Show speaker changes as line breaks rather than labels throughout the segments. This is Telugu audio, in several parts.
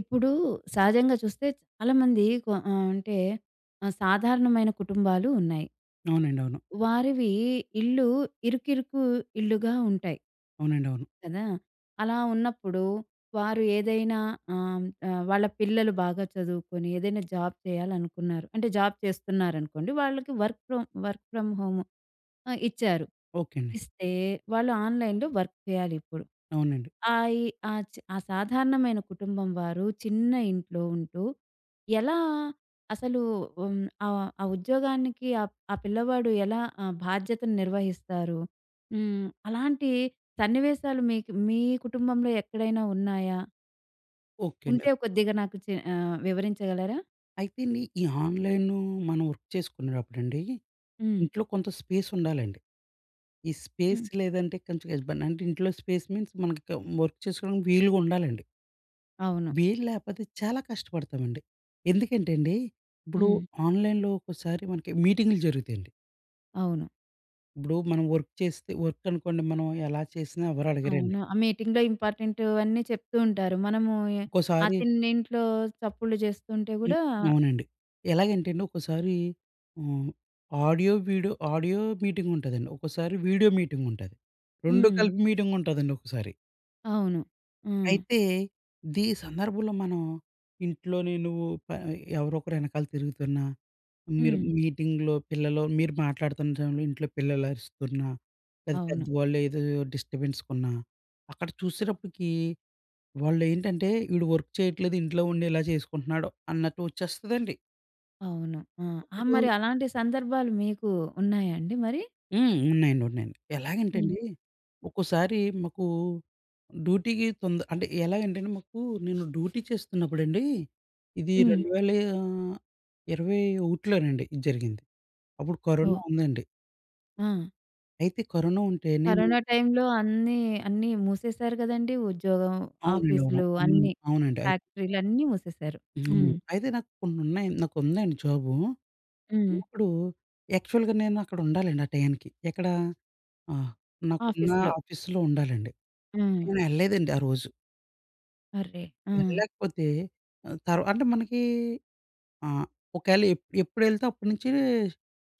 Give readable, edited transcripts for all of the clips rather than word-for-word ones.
ఇప్పుడు సహజంగా చూస్తే చాలామంది కొ ఆహ్, అంటే ఆహ్, సాధారణమైన కుటుంబాలు ఉన్నాయి.
అవునండి. అవును.
వారివి ఇల్లు ఇరుకిరుకు ఇళ్లుగా ఉంటాయి
అవునండి. అవును.
కదా! అలా ఉన్నప్పుడు వారు ఏదైనా ఆహ్, ఆహ్, వాళ్ళ పిల్లలు బాగా చదువుకొని ఏదైనా జాబ్ చేయాలనుకున్నారు. అంటే జాబ్ చేస్తున్నారనుకోండి. వాళ్ళకి వర్క్ ఫ్రమ్ హోమ్ ఆ! ఇచ్చారు.
ఓకే అండి.
ఇస్తే వాళ్ళు ఆన్‌లైన్‌లో వర్క్ చేయాలిప్పుడు.
అవునండి.
ఈ ఆ చ్ ఆ సాధారణమైన కుటుంబం వారు చిన్న ఇంట్లో ఉంటూ ఎలా అసలు ఆ ఉద్యోగానికి ఆ ఆ పిల్లవాడు ఎలా ఆ బాధ్యతను నిర్వహిస్తారు? అలాంటి సన్నివేశాలు మీకు మీ కుటుంబంలో ఎక్కడైనా ఉన్నాయా?
ఓకే అండి.
ఉంటే కొద్దిగా నాకు వివరించగలరా?
అయితే అండి ఈ ఆన్‌లైను మనం వర్క్ చేసుకునేటప్పుడండి,
హ్మ్.
ఇంట్లో కొంత స్పేస్ ఉండాలండి. ఈ స్పేస్
హ్మ్.
లేదంటే కొంచెం ఇబ్బంది. అంటే ఇంట్లో స్పేస్ మీన్స్ మనకి వర్క్ చేసుకోవడానికి వీలుగా ఉండాలండి.
అవును.
వీలు లేకపోతే చాలా కష్టపడతామండి. ఎందుకంటే అండి, ఇప్పుడు
హ్మ్.
ఆన్‌లైన్‌లో ఒక్కోసారి మనకి మీటింగులు జరుగుతాయండి.
అవును.
ఇప్పుడు మనం వర్క్ చేస్తే వర్క్ అనుకోండి మనం ఎలా చేసినా ఎవరు అడగరండి.
అవును. ఆ మీటింగ్‌లో ఇంపార్టెంటు అన్నీ చెప్తూ ఉంటారు. మనము ఎ
ఒక్కోసారి
అతనింట్లో చప్పుళ్ళు చేస్తుంటే
హ్మ్.
గూడా
అవునండి. ఎలాగంటే అండి ఒక్కోసారి హ్మ్. ఆడియో, ఆడియో మీటింగ్ ఉంటదండి. ఒక్కోసారి వీడియో మీటింగ్ ఉంటది. 2
హ్మ్.
కలిపి మీటింగ్ ఉంటదండి ఒక్కోసారి.
అవును. హ్మ్.
అయితే సందర్భంలో మనం ఇంట్లోని నువ్వు ప ఎవరో ఒకరు ఎనకాల తిరుగుతున్నా, మీరు
హ్మ్.
మీటింగ్‌లో మీరు మాట్లాడుతున్న సమయంలో ఇంట్లో పిల్లలు అరుస్తున్నా, లేదా
అవును.
పెద్దవాళ్ళు ఏదో డిస్టర్బెన్స్‌కున్నా, అక్కడ చూసేటప్పటికి వాళ్ళేంటంటే, "ఈడు వర్క్ చేయట్లేదు ఇంట్లో ఉండి ఇలా చేసుకుంటున్నాడు" అన్నట్టు వచ్చేస్తదండి.
అవును. ఆ! ఆ!
అప్పుడు
మరి అలాంటి సందర్భాలు మీకు ఉన్నాయా అండి మరి?
హ్మ్. ఉన్నాయండి. ఉన్నాయండి.
హ్మ్.
ఎలాగంటేండి ఒక్కోసారి మాకు డ్యూటీకి తొంద అంటే ఎలాగంటేండి మాకు నేను డ్యూటీ చేస్తున్నప్పుడండి ఇది
హ్మ్.
2021లోనండి ఇది జరిగింది. అప్పుడు కరోనా
ఓహ్!
ఉందండి.
ఆ!
అయితే కరోనా ఉంటే నేను
కరోనా టైంలో అన్నీ, అన్నీ మూసేశారు గదండీ! ఉద్యోగం,
అవునండి. అవును.
ఆఫీసులు
అవును.
అన్నీ.
అవునండి.
ఫ్యాక్టరీలన్నీ మూసేశారు.
హ్మ్.
హ్మ్.
అయితే నాకు కొన్నున్నాయి నాకుందండి జాబు.
హ్మ్.
ఉన్నప్పుడు యాక్చువల్‌గా నేను అక్కడ ఉండాలండి ఆ టయానికి. ఎక్కడ ఆహ్, నాకున్న
ఆఫీస్‌లో.
ఆఫీస్‌లో ఉండాలండి.
హ్మ్.
నేను ఎళ్ళలేదండి ఆ రోజు.
అర్రే! ఆ!
వెళ్ళకపోతే అంటే మనకి ఆహ్, ఒకవేళ ఎప్పుడెళ్తే అప్పటి నుంచి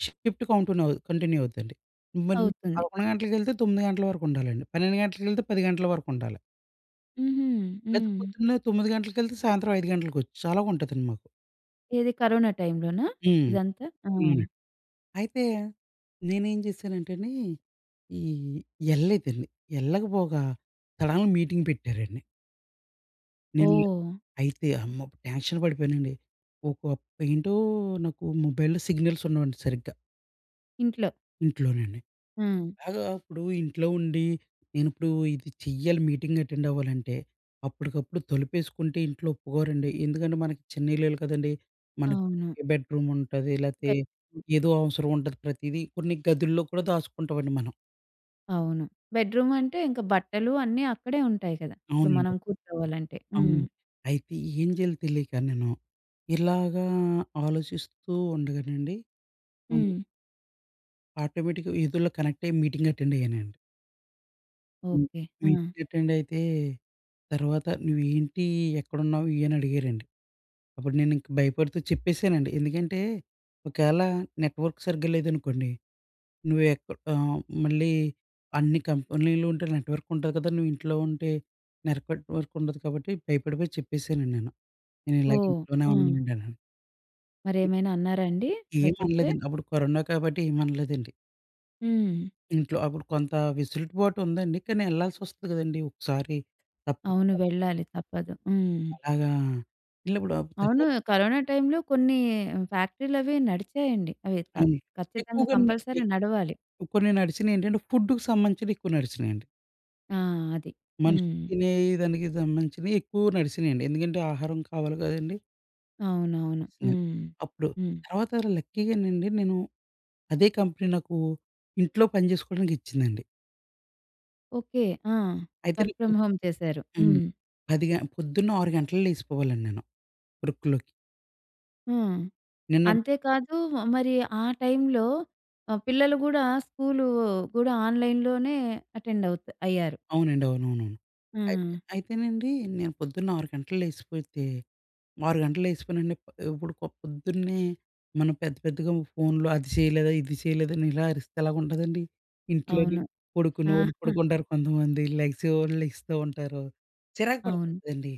షిఫ్ట్ కౌంటిన్యూ అవు కంటిన్యూ అవుద్దండి. మరి
అవుతుంది.
11 గంటలకెళ్తే 9 గంటల వరకు ఉండాలండి. 12 గంటలకెళ్తే 10 గంటల వరకు ఉండాలి.
హుహు.
లేతే
హ్మ్.
పొద్దున్నే 9 గంటలకెళ్తే సాయంత్రం 5 గంటలకొచ్చు. అలాగుంటదండి మాకు.
ఏది కరోనా టైంలోనా
హ్మ్.
ఇదంతా? ఆ!
అవునండి. అయితే నేనేం చేశానంటేండి, ఈ ఎళ్ళలేదండి. ఎళ్ళకపోగా తడాల్న మీటింగ్ పెట్టారండి. నేను
ఓహ్!
అయితే అమ్మో! టెన్షన్ పడిపోయానండి. ఒక ఏంటో నాకు మొబైల్‌లో సిగ్నల్స్ ఉండవండి సరిగ్గా
ఇంట్లో.
ఇంట్లోనండి.
ఆ!
అలాగా ఇప్పుడు ఇంట్లో ఉండి నేనిప్పుడు ఇది చెయ్యాలి మీటింగ్ అటెండ్ అవ్వాలంటే అప్పటికప్పుడు తలుపేసుకుంటే ఇంట్లో ఒప్పుకోరండి. ఎందుకంటే మనకి చిన్న ఇల్లులు కదండీ! మనకి
అవును.
ఒకే బెడ్‌రూమ్ ఉంటది. లేతే
బెడ్‌రూమ్.
ఏదో అవసరం ఉంటది ప్రతీదీ. కొన్ని గదుల్లో కూడా దాసుకుంటామండి మనం.
అవును. బెడ్‌రూమ్ అంటే ఇంక బట్టలు అన్నీ అక్కడే ఉంటాయి కదా! ఇప్పుడు
అవునండి.
మనం కూర్చోవాలంటే. హ్మ్.
అవునండి. అయితే ఏం చేయాలో తెలియక నేను ఇలాగా ఆలోచిస్తూ ఉండగానండి ఆ!
హ్మ్.
ఆటోమేటిక్‌గా ఏదోలా కనెక్ట్ అయ్యి మీటింగ్ అటెండ్ అయ్యానండి. హ్మ్.
ఓకే. ఆ!
మీటింగ్ అటెండ్ అయితే తర్వాత "నువ్వేంటి? ఎక్కడున్నావు?" ఇయి అని అడిగారండి. అప్పుడు నేనింక భయపడుతూ చెప్పేసానండి. ఎందుకంటే ఒకేళ నెట్‌వర్క్ సరిగ్గా లేదనుకోండి, నువ్వు మళ్ళీ అన్ని కంపెనీలు ఉంటే నెట్‌వర్క్ ఉంటది కదా! నువ్వు ఇంట్లో ఉంటే నెట్‌వర్క్ ఉండదు కాబట్టి భయపడిపోయి చెప్పేసానండి నేను. "నేను ఇలాగ
ఓహ్!
ఇంట్లోనే
ఆ!
ఉన్నానండి" అని.
మరేమైనా అన్నారా అండి? అలా
ఏం
చెప్తే?
అనలేదండి. అప్పుడు కరోనా కాబట్టి ఏమనలేదండి.
హ్మ్.
ఇంట్లో అప్పుడు కొంత వెసులుబాటు ఉందండి. కానీ ఎళ్ళాల్సొస్తది గదండీ! ఒకసారి
అవును.
తప్పకుండా
వెళ్ళాలి తప్పదు. హ్మ్.
అలాగా ఎళ్ళినప్పుడు
అవును.
తర్వాత
కరోనా టైంలో కొన్ని ఫ్యాక్టరీలవి నడిచాయండి. అవి త
అవును.
ఖచ్చితంగా
ఎక్కువగా
కంపల్సరీ నడవాలి.
కొన్ని నడిసినియేంటంటే ఫుడ్‌కి సంబంధించినయి ఎక్కువ నడిసినియండి.
ఆ! అది.
మనుషులు
హ్మ్.
తినే దానికి సంబంధించినయి ఎక్కువ నడిసినియండి. ఎందుకంటే ఆహారం కావాలి గదండీ!
అవునవును.
నడిసినియి.
హ్మ్.
అప్పుడు
హ్మ్.
తర్వాత లక్కీగానండి నేను అదే కంపెనీ నాకు ఇంట్లో పని జేసుకోవడానికి ఇచ్చిందండి.
ఓకే. ఆ!
అయితే
వర్క్
నేను
ఫ్రమ్ హోమ్ చేశారు.
హ్మ్.
హ్మ్.
10 గ పొద్దున్న 6 గంటలకు లేసిపోవాలండి నేను వర్క్‌లోకి.
ఆ!
నిన్న
అంతే కాదు మరి ఆ టైంలో పిల్లలు గూడా స్కూలు గూడా ఆన్‌లైన్‌లోనే అటెండ్ అయ్యారు.
అవునండి. అవునవునవును.
ఆ!
అయితే అయితేనండి నేను పొద్దున్న 6 గంటలకు లేసిపోతే 6 గంటలకు లేసిపోయానండి. ఇప్పుడు పొద్దున్నే మనం పెద్ద పెద్దగా ఫోన్‌లో అది చేయలేదా, ఇది చేయలేదని ఇలా అరిస్తే ఎలాగుంటదండి. ఇంట్లోని
అవును.
పడుకునేవాళ్ళు
ఆహా!
పడుకుంటారు కొంతమంది, లెగిసేవాళ్ళు లెగిస్తూ ఉంటారు. చిరాకు పడతారు
అవును.
కదండీ.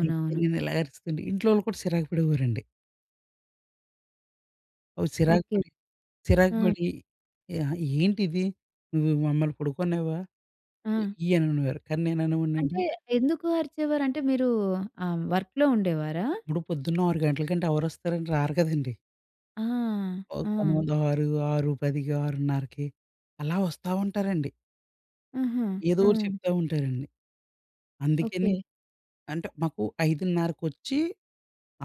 అయితే నేను ఇలా అరుస్తుంటే ఇంట్లో వాళ్ళు కూడా చిరాకు పడేవారండి. అవి చిరాకు
ఓకే.
పడి చిరాకు
ఆ!
పడి "ఏంటిది నువ్వు మమ్మల్ని పడుకోనివ్వవా?"
ఆ!
ఇయి అనేవారు. కానీ నేను అనేవాడినండి,
అంటే ఎందుకు అరిచేవారు? అంటే మీరు వర్క్‌లో ఉండేవారా?
ఇప్పుడు పొద్దున్న 6 గంటలకంటే ఎవరొస్తారండి? రారు కదండీ.
ఆ!
ఓ
ఆ!
కొంతమంది 6, 6:10కి, 6:30కి అలా వస్తా ఉంటారండి.
ఆహా!
ఏదో
ఆ!
ఒకటి చెప్తా ఉంటారండి.
ఓకే.
అందుకని అంటే మాకు 5:30కొచ్చి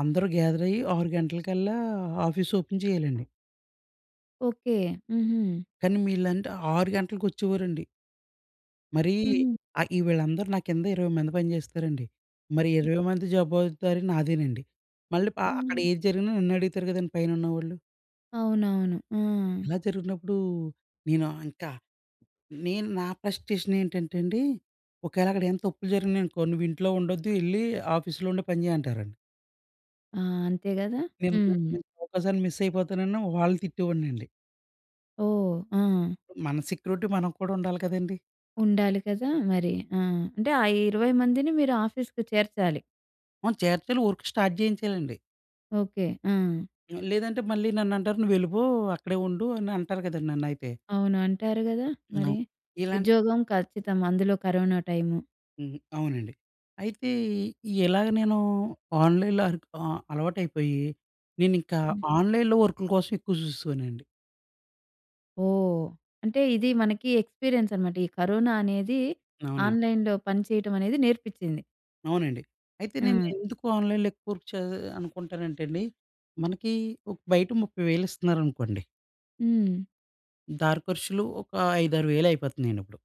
అందరూ గ్యాదర్ అయ్యి 6 గంటలకల్లా ఆఫీస్ ఓపెన్ చేయాలండి.
ఓకే. హుహు.
కానీ వీళ్ళంటే 6 గంటలకొచ్చేవారండి. మరి
హుహు.
ఈ వీళ్ళందరూ నా కింద 20 మంది పనిచేస్తారండి. మరి
ఓకే.
20 మంది జవాబుదారీ నాదేనండి. మళ్ళీ అక్కడ
హ్మ్.
ఏది జరిగినా నన్ను అడుగుతారు కదండీ పైనున్నవాళ్ళు.
అవునవును. ఆ!
ఇలా జరిగినప్పుడు నేను ఇంకా నేను నా ఫ్రస్ట్రేషన్ ఏంటంటే అండి, ఒకవేళ అక్కడ ఏమైనా తప్పులు జరిగినాయనుకో, "నువ్వింట్లో ఉండొద్దు, ఎళ్లి ఆఫీస్‌లో ఉండి పని చేయి" అంటారండి.
ఆ! అంతే గదా!
నేను
హ్మ్.
మంచి అవకాశాన్ని మిస్ అయిపోతానని వాళ్ళని తిట్టేవాడినండి.
ఓహ్! ఆ!
మన సెక్యూరిటీ మనం కూడా ఉండాలి కదండీ!
ఉండాలి కదా! మరి. ఆ! అంటే ఆ 20 మందిని మీరు ఆఫీస్‌కి చేర్చాలి.
ఆ! చేర్చాలి, వర్క్ స్టార్ట్ చేయించాలండి.
ఓకే. ఆ!
లేదంటే మళ్ళీ నన్నంటారు, "నువ్వెళ్ళిపో, అక్కడే ఉండు" అని అంటారు కదండీ నన్నయితే.
అవును. అంటారు గదా! మరి.
హ్మ్. ఇలాంటి
ఉద్యోగం ఖచ్చితం. అందులో కరోనా టైము.
హ్మ్. అవునండి. అయితే ఇలాగ నేను ఆన్‌లైన్‌లో అలవాటైపోయి, నేనింకా
హ్మ్.
ఆన్‌లైన్‌లో వర్కుల కోసం ఎక్కువ చూసేవాడినండి.
ఓహ్! అంటే ఇది మనకి ఎక్స్‌పీరియన్స్ అనమాట. ఈ కరోనా అనేది
అవునండి.
ఆన్‌లైన్‌లో పనిచేయటం అనేది నేర్పిచ్చింది.
అవునండి. అయితే
ఆ!
నేను ఎందుకు ఆన్‌లైన్‌లో ఎక్కువ వర్క్ చే అనుకుంటానంటే అండి, మనకి ఒక బయట 30,000 ఇస్తున్నారనుకోండి.
హ్మ్.
దారి ఖర్చులు ఒక 5, 6,000 అయిపోతున్నాయండి ఇప్పుడు.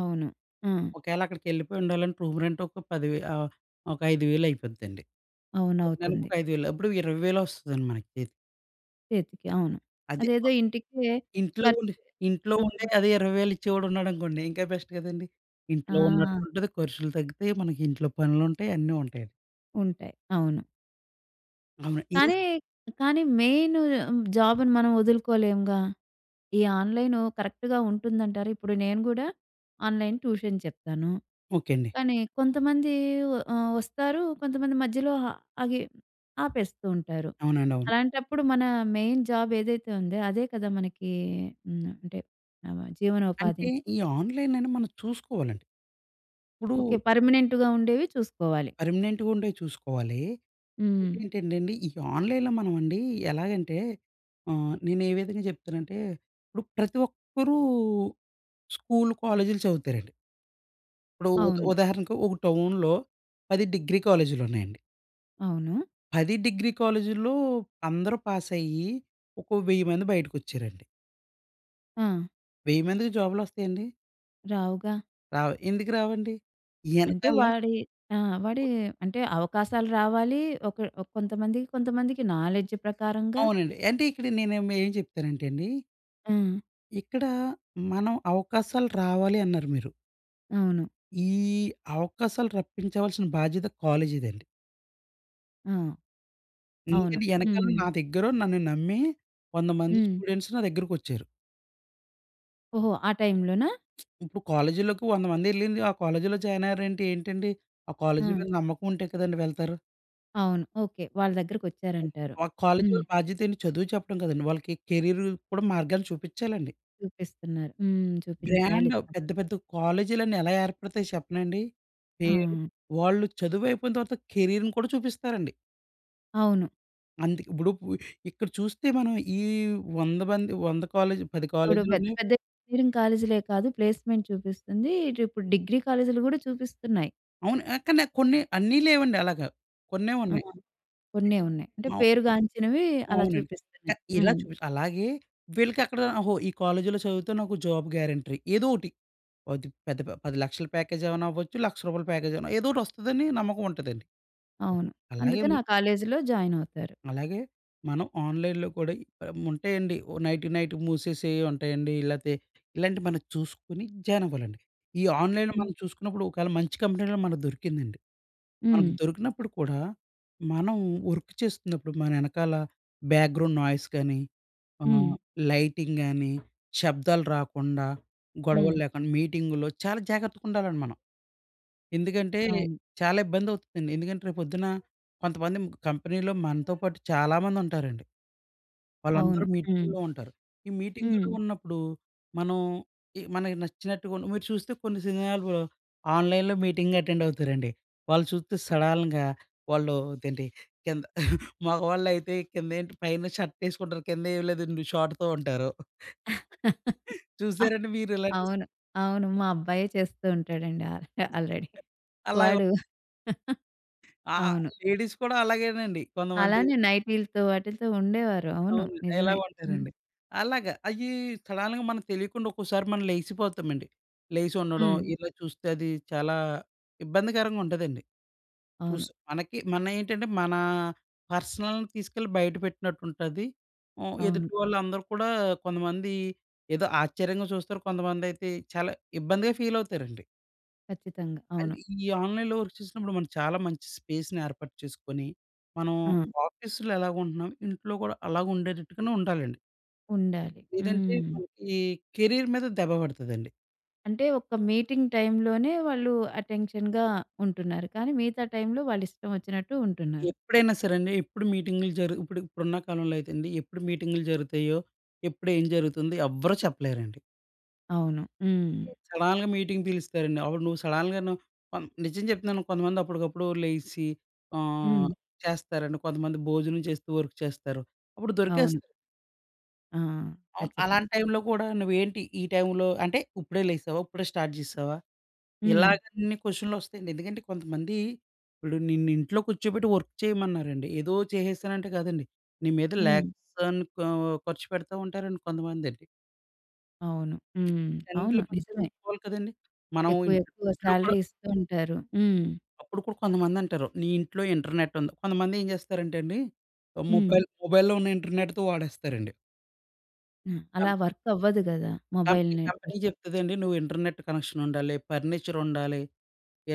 అవును. ఆ!
ఒకవేళ అక్కడికెళ్ళిపోయి ఉండాలంటే రూమ్ రెంట్ ఒక 10 వే ఒక 5,000 అయిపోద్దండి. తినడానికి
అవునవుతుంది.
ఒక 5,000 అప్పుడు 20,000 వస్తదండి మనకి చేతికి.
చేతికి అవును.
అదే
అదేదో ఇంటికే
ఇంట్లో
కట్
ఉండి ఇంట్లో
ఆ!
ఉండే అదే 20,000 ఇచ్చేవాడు ఉన్నాడనుకోండి ఇంకా బెస్ట్ కదండీ.
ఆ!
ఇంట్లో ఉన్నట్టుంటది, ఖర్చులు తగ్గుతాయి, మనకి ఇంట్లో పనులుంటాయి, అన్నీ ఉంటాయండి.
ఉంటాయి. అవును.
అవును. ఇది
కానీ, కానీ మెయిను జాబ్‌ని మనం వదులుకోలేముగా. ఈ ఆన్‌లైను కరెక్ట్‌గా ఉంటుందంటారా? ఇప్పుడు నేను గూడా ఆన్‌లైన్ ట్యూషన్ చెప్తాను.
ఓకే అండి.
కానీ కొంతమంది వస్తారు. కొంతమంది మధ్యలో ఆగి ఆపేస్తూ ఉంటారు.
అవునండి. అవును.
అలాంటప్పుడు మన మెయిన్ జాబ్ ఏదైతే ఉందో అదే కదా మనకి హ్మ్. అంటే జీవనోపాధి.
అంటే ఈ ఆన్‌లైన్ అని మనం చూసుకోవాలండి. ఇప్పుడు
ఓకే. పర్మనెంట్‌గా ఉండేవి చూసుకోవాలి.
పర్మనెంట్‌గా ఉండేవి చూసుకోవాలి.
హ్మ్.
ఇంకోటేంటంటేండి ఈ ఆన్‌లైన్‌లో మనం అండి ఎలాగంటే నేను ఏ విధంగా చెప్తానంటే ఇప్పుడు ప్రతి ఒక్కరూ స్కూల్, కాలేజీలు చదువుతారండి. ఇప్పుడు
అవును.
ఉదాహరణకు ఒక టౌన్‌లో 10 డిగ్రీ కాలేజీలున్నాయండి.
అవును.
10 డిగ్రీ కాలేజీల్లో అందరూ పాస్ అయ్యి ఒక 1000 మంది బయటకొచ్చారండి.
ఆ!
1000 మందికి జాబ్‌లొస్తాయండి?
రావుగా.
రావు. ఎందుకు రావండి?
అంటే
ఎనకాల
వాడి ఆ! వాడి అంటే అవకాశాలు రావాలి. ఒక ఒక కొంతమందికి, కొంతమందికి నాలెడ్జ్ ప్రకారంగా
అవునండి. అంటే ఇక్కడ ఏం ఏం చెప్తానంటే అండి,
ఆ!
ఇక్కడ మనం అవకాశాలు రావాలి అన్నారు మీరు.
అవును.
ఈ అవకాశాలు రప్పించవలసిన బాధ్యత కాలేజీదండి.
ఆ! అవును.
ఎందుకంటే ఎనకాల
హ్మ్.
నా దగ్గరో నన్ను నమ్మి 100 మంది
హ్మ్.
స్టూడెంట్స్ నా దగ్గరకొచ్చారు.
ఓహో! ఆ టైంలోనా?
ఇప్పుడు కాలేజీలోకి 100 మందెళ్ళింది ఆ కాలేజీలో జాయిన్ అయ్యారంటే ఏంటండి? ఆ
ఆ!
కాలేజీ మీద నమ్మకం ఉంటే కదండీ వెళ్తారు.
అవును. ఓకే. వాళ్ళ దగ్గరకొచ్చారంటారు.
ఆ కాలేజీ
హ్మ్.
వాళ్ళ బాధ్యత ఏంటి చదువు చెప్పడం కాదండి. వాళ్ళకి కెరీర్ కూడా మార్గాన్ని చూపిచ్చాలండి.
చూపిస్తున్నారు. హ్మ్. చూపించాలి.
బ్రాండ్ పెద్ద పెద్ద కాలేజీలన్నీ ఎలా ఏర్పడతాయి చెప్పనండి.
ఆ!
పేరు వాళ్ళు చదువయిపోయిన తర్వాత కెరీర్‌ని కూడా చూపిస్తారండి.
అవును.
ఇప్పుడు ఇక్కడ చూస్తే మనం ఈ 100 మంది 100 కాలేజ్ 10
ఇప్పుడు పెద్ద
కాలేజీలున్నాయి.
పెద్ద ఇంజినీరింగ్ కాలేజీలే కాదు ప్లేస్‌మెంట్ చూపిస్తుంది. ఇటు ఇప్పుడు డిగ్రీ కాలేజీలు కూడా చూపిస్తున్నాయి.
అవును. ఆ! కానీ కొన్ని అన్నీ లేవండి అలాగా. కొన్నే
ఆ!
ఉన్నాయి.
కొన్నే
అయితే
ఉన్నాయి. అంటే
అవు
పేరుగాంచినవి అలా
అవునండి. క
చూపిస్తున్నాయి.
ఇలా
హ్మ్.
అలాగే వీళ్ళకక్కడ ఓహో! ఈ కాలేజీలో చదివితే నాకు జాబ్ గ్యారంటీ. ఏదో ఒకటి అది పెద్ద 10,00,000 ప్యాకేజ్ ఏమైనా అవ్వచ్చు, రూ. 1,00,000 ప్యాకేజ్ ఏమైనా ఏదో ఒకటి వస్తదని నమ్మకం ఉంటదండి.
అవును.
అలాగే
అందుకని ఆ కాలేజీలో జాయిన్ అవుతారు.
అలాగే మనం ఆన్‌లైన్‌లో కూడా ఉంటాయండి. ఓ నైట్‌కి నైట్ మూసేసేవి ఉంటాయండి. లేతే ఇలాంటివి మనం చూసుకొని జాయిన్ అవ్వాలండి. ఈ ఆన్‌లైన్‌లో
హ్మ్.
మనం చూసుకున్నప్పుడు ఒకవేళ మంచి కంపెనీలో మనకు దొరికిందండి.
హ్మ్.
మనకు దొరికినప్పుడు కూడా మనం వర్క్ చేస్తున్నప్పుడు మన ఎనకాల బ్యాక్‌గ్రౌండ్ నాయిస్ కానీ,
హ్మ్.
ఆహ్, లైటింగ్ గానీ, శబ్దాలు రాకుండా,
హ్మ్.
గొడవలు లేకుండా, మీటింగులో చాలా జాగ్రత్తగా ఉండాలండి మనం. ఎందుకంటే
అవును.
చాలా ఇబ్బంది అవుతుందండి. ఎందుకంటే రేపు పొద్దున కొంతమంది కంపెనీలో మనతో పాటు చాలామంది ఉంటారండి. వాళ్ళందరూ
అవును. హ్మ్.
మీటింగుల్లో ఉంటారు. ఈ
హ్మ్.
మీటింగుల్లో ఉన్నప్పుడు మనం ఈ మనకి నచ్చినట్టుగా ఉన్న మీరు చూస్తే కొన్ని సినిమాలు ఆన్‌లైన్‌లో మీటింగ్ అటెండ్ అవుతారండి. వాళ్ళు చూస్తే సడన్‌గా వాళ్ళు ఇదేంటి కింద మగవాళ్ళైతే కిందేంటి పైన షర్ట్ ఏసుకుంటారు. కింద ఏమి లేదండి షార్ట్‌తో ఉంటారు.
ఆ!
చూసారండి మీరు ఇలాంటి
అవును. అవును. మా అబ్బాయే చేస్తూ ఉంటాడండి ఆల్రెడీ.
అలాగ
వాడు
ఆ!
అవును.
లేడీస్ కూడా అలాగేనండి కొంతమంది.
అలానే నైటీలతో వాటిలతో ఉండేవారు. అవును.
అవును. ఎలా
నిజమే. హ్మ్.
ఉంటారండి. అలాగా అయ్యి సడెన్‌గా మనకు తెలియకుండా ఒక్కోసారి మనం లెగిసిపోతామండి. లెగిసి ఉండడం
హ్మ్.
ఇలా చూస్తే అది చాలా ఇబ్బందికరంగా ఉంటదండి.
అవును.
చూసి మనకి మన పర్సనల్‌ని తీసుకెళ్ళి బయట పెట్టినట్టు ఉంటది. హ్మ్.
అవును.
ఎదుటి వాళ్ళందరూ కూడా కొంతమంది ఏదో ఆశ్చర్యంగా చూస్తారు. కొంతమందైతే చాలా ఇబ్బందిగా ఫీల్ అవుతారండి.
ఖచ్చితంగా. అవును.
అంటే ఈ ఆన్‌లైన్‌లో వర్క్ చేసినప్పుడు మనం చాలా మంచి స్పేస్‌ని ఏర్పాటు చేసుకొని, మనం
ఆ!
ఆఫీస్‌లో ఎలాగుంటున్నాం ఇంట్లో కూడా అలాగుండేటట్టుగానే ఉండాలండి.
ఉండాలి.
లేదంటే
హ్మ్.
మనకి కెరీర్ మీద దెబ్బ పడతదండి.
అంటే ఒక మీటింగ్ టైమ్‌లోనే వాళ్ళు అటెన్షన్‌గా ఉంటున్నారు. కానీ మిగతా టైమ్‌లో వాళ్ళిష్టం వచ్చినట్టు ఉంటున్నారు.
ఎప్పుడైనా సరే అండి, ఎప్పుడు మీటింగులు జరు ఇప్పుడు ఇప్పుడున్న కాలంలో అయితే అండి, ఎప్పుడు మీటింగులు జరుగుతాయో, ఎప్పుడు ఏం జరుగుతుందో ఎవ్వరు చెప్పలేరండి.
అవును. హ్మ్.
సడన్‌గా మీటింగ్ పిలుస్తారండి. అప్పుడు నువ్వు సడన్‌గాను నిజం చెప్తున్నాను కొంతమంది అప్పటికప్పుడు లేసి ఆహ్,
హ్మ్.
చేస్తారండి. కొంతమంది భోజనం చేస్తూ వర్క్ చేస్తారు. అప్పుడు
అవును.
దొరికేస్తారు.
ఆ!
అవును.
ఖచ్చితంగా.
అలాంటి టైంలో కూడా నువ్వేంటి ఈ టైంలో అంటే ఇప్పుడే లేసావా? ఇప్పుడే స్టార్ట్ చేసావా?
హ్మ్.
ఇలాగన్ని క్వెషన్‌లొస్తాయండి. ఎందుకంటే కొంతమంది ఇప్పుడు నిన్ను ఇంట్లో కూర్చోబెట్టి వర్క్ చేయమన్నారండి. ఏదో చేసేసానంటే కాదండి. నీ మీద
హ్మ్.
లాక్స్ అని ఖర్చు పెడతా ఉంటారండి కొంతమందండి.
అవును. హ్మ్. అవును.
అన్నిటిని మనం
నిజమే.
చూసుకోవాలి కదండీ. మనం
ఎక్కువ
ఇంట్లో
ఎక్కువ
ఇంట్లో కూడా
సాలరీ ఇస్తూ ఉంటారు. హ్మ్.
అప్పుడు కూడా కొంతమందంటారు, నీ ఇంట్లో ఇంటర్నెట్ ఉంది. కొంతమంది ఏం చేస్తారంటే అండి,
హ్మ్.
మొబైల్‌లో ఉన్న ఇంటర్నెట్‌తో వాడేస్తారండి.
ఆ!
కం
అలా వర్క్ అవ్వదు గదా! Mobile
company company
network.
చెప్తదండి, నువ్వు ఇంటర్నెట్ కనెక్షన్ ఉండాలి, ఫర్నిచర్ ఉండాలి.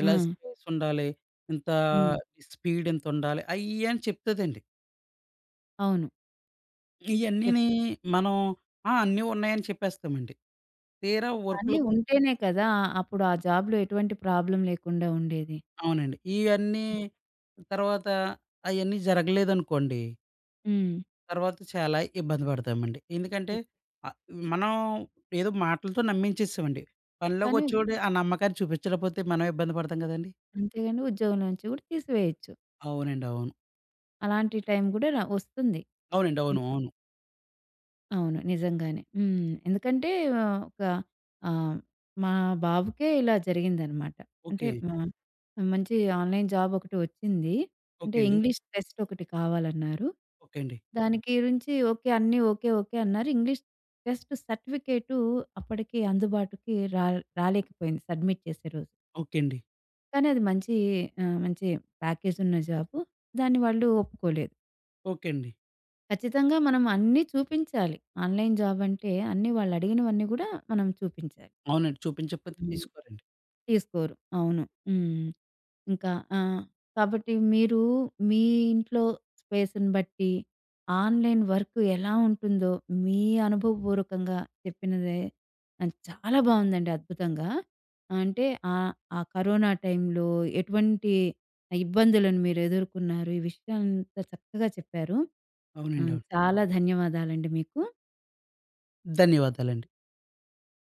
ఆ!
స్పేస్ ఉండాలి. ఇంత
హ్మ్.
స్పీడ్ ఇంతుండాలి. అయ్యి ఇయ్యి అని చెప్తదండి.
అవును. చెప్
ఇయన్నీని మనం ఆ! అన్నీ ఉన్నాయని చెప్పేస్తామండి. తీరా
కానీ
వర్క్‌లో
ఉంటేనే కదా! అప్పుడు ఆ జాబ్‌లో ఎటువంటి ప్రాబ్లమ్ లేకుండా ఉండేది.
అవునండి. ఇయన్నీ తర్వాత అయన్నీ జరగలేదనుకోండి.
హ్మ్.
తర్వాత చాలా ఇబ్బంది పడతామండి. ఎందుకంటే ఆహ్, మనం ఏదో మాటలతో నమ్మించేసామండి.
కానీ
పనిలోకొచ్చేవాడు ఆ నమ్మకాన్ని చూపించకపోతే మనం ఇబ్బంది పడతాం కదండీ!
అంతేగాని ఉద్యోగం నుంచి కూడా తీసివేయొచ్చు.
అవునండి. అవును.
అలాంటి టైం కూడా వస్తుంది.
అవునండి. అవును. అవును.
అవును. నిజంగానే. హ్మ్. ఎందుకంటే ఒక ఆహ్, మా బాబుకే ఇలా జరిగిందనమాట. అంటే
ఓకే.
మా మంచి ఆన్‌లైన్ జాబ్ ఒకటి వచ్చింది. అంటే
ఓకే అండి.
ఇంగ్లీష్ టెస్ట్ ఒకటి కావాలన్నారు.
ఓకే అండి.
దానికి గురించి ఓకే. అన్నీ ఓకే. ఓకే. అన్నారు. ఇంగ్లీష్ టెస్ట్ సర్టిఫికేటు అప్పటికి అందుబాటుకి రాలేకపోయింది సబ్మిట్ చేసే రోజు.
ఓకే అండి.
కానీ అది మంచి మంచి ప్యాకేజ్ ఉన్న జాబు. దాన్ని వాళ్ళు ఒప్పుకోలేదు.
ఓకే అండి.
ఖచ్చితంగా మనం అన్నీ చూపించాలి. ఆన్‌లైన్ జాబ్ అంటే అన్నీ వాళ్ళు అడిగినవన్నీ కూడా మనం చూపించాలి.
అవునండి. చూపించకపోతే
అవును.
తీసుకోరండి.
తీసుకోరు. అవును. హ్మ్. ఇంకా ఆహ్, కాబట్టి మీరు మీ ఇంట్లో స్పేస్‌ని బట్టి ఆన్‌లైన్ వర్క్ ఎలా ఉంటుందో మీ అనుభవపూర్వకంగా చెప్పినదే చాలా బావుందండి అద్భుతంగా. అంటే ఆహ్, ఆ కరోనా టైంలో ఎటువంటి ఇబ్బందులను మీరు ఎదుర్కొన్నారు. ఈ విషయాలంతా చక్కగా చెప్పారు.
అవునండి. అవును.
చాలా ధన్యవాదాలండి మీకు.
ధన్యవాదాలండి.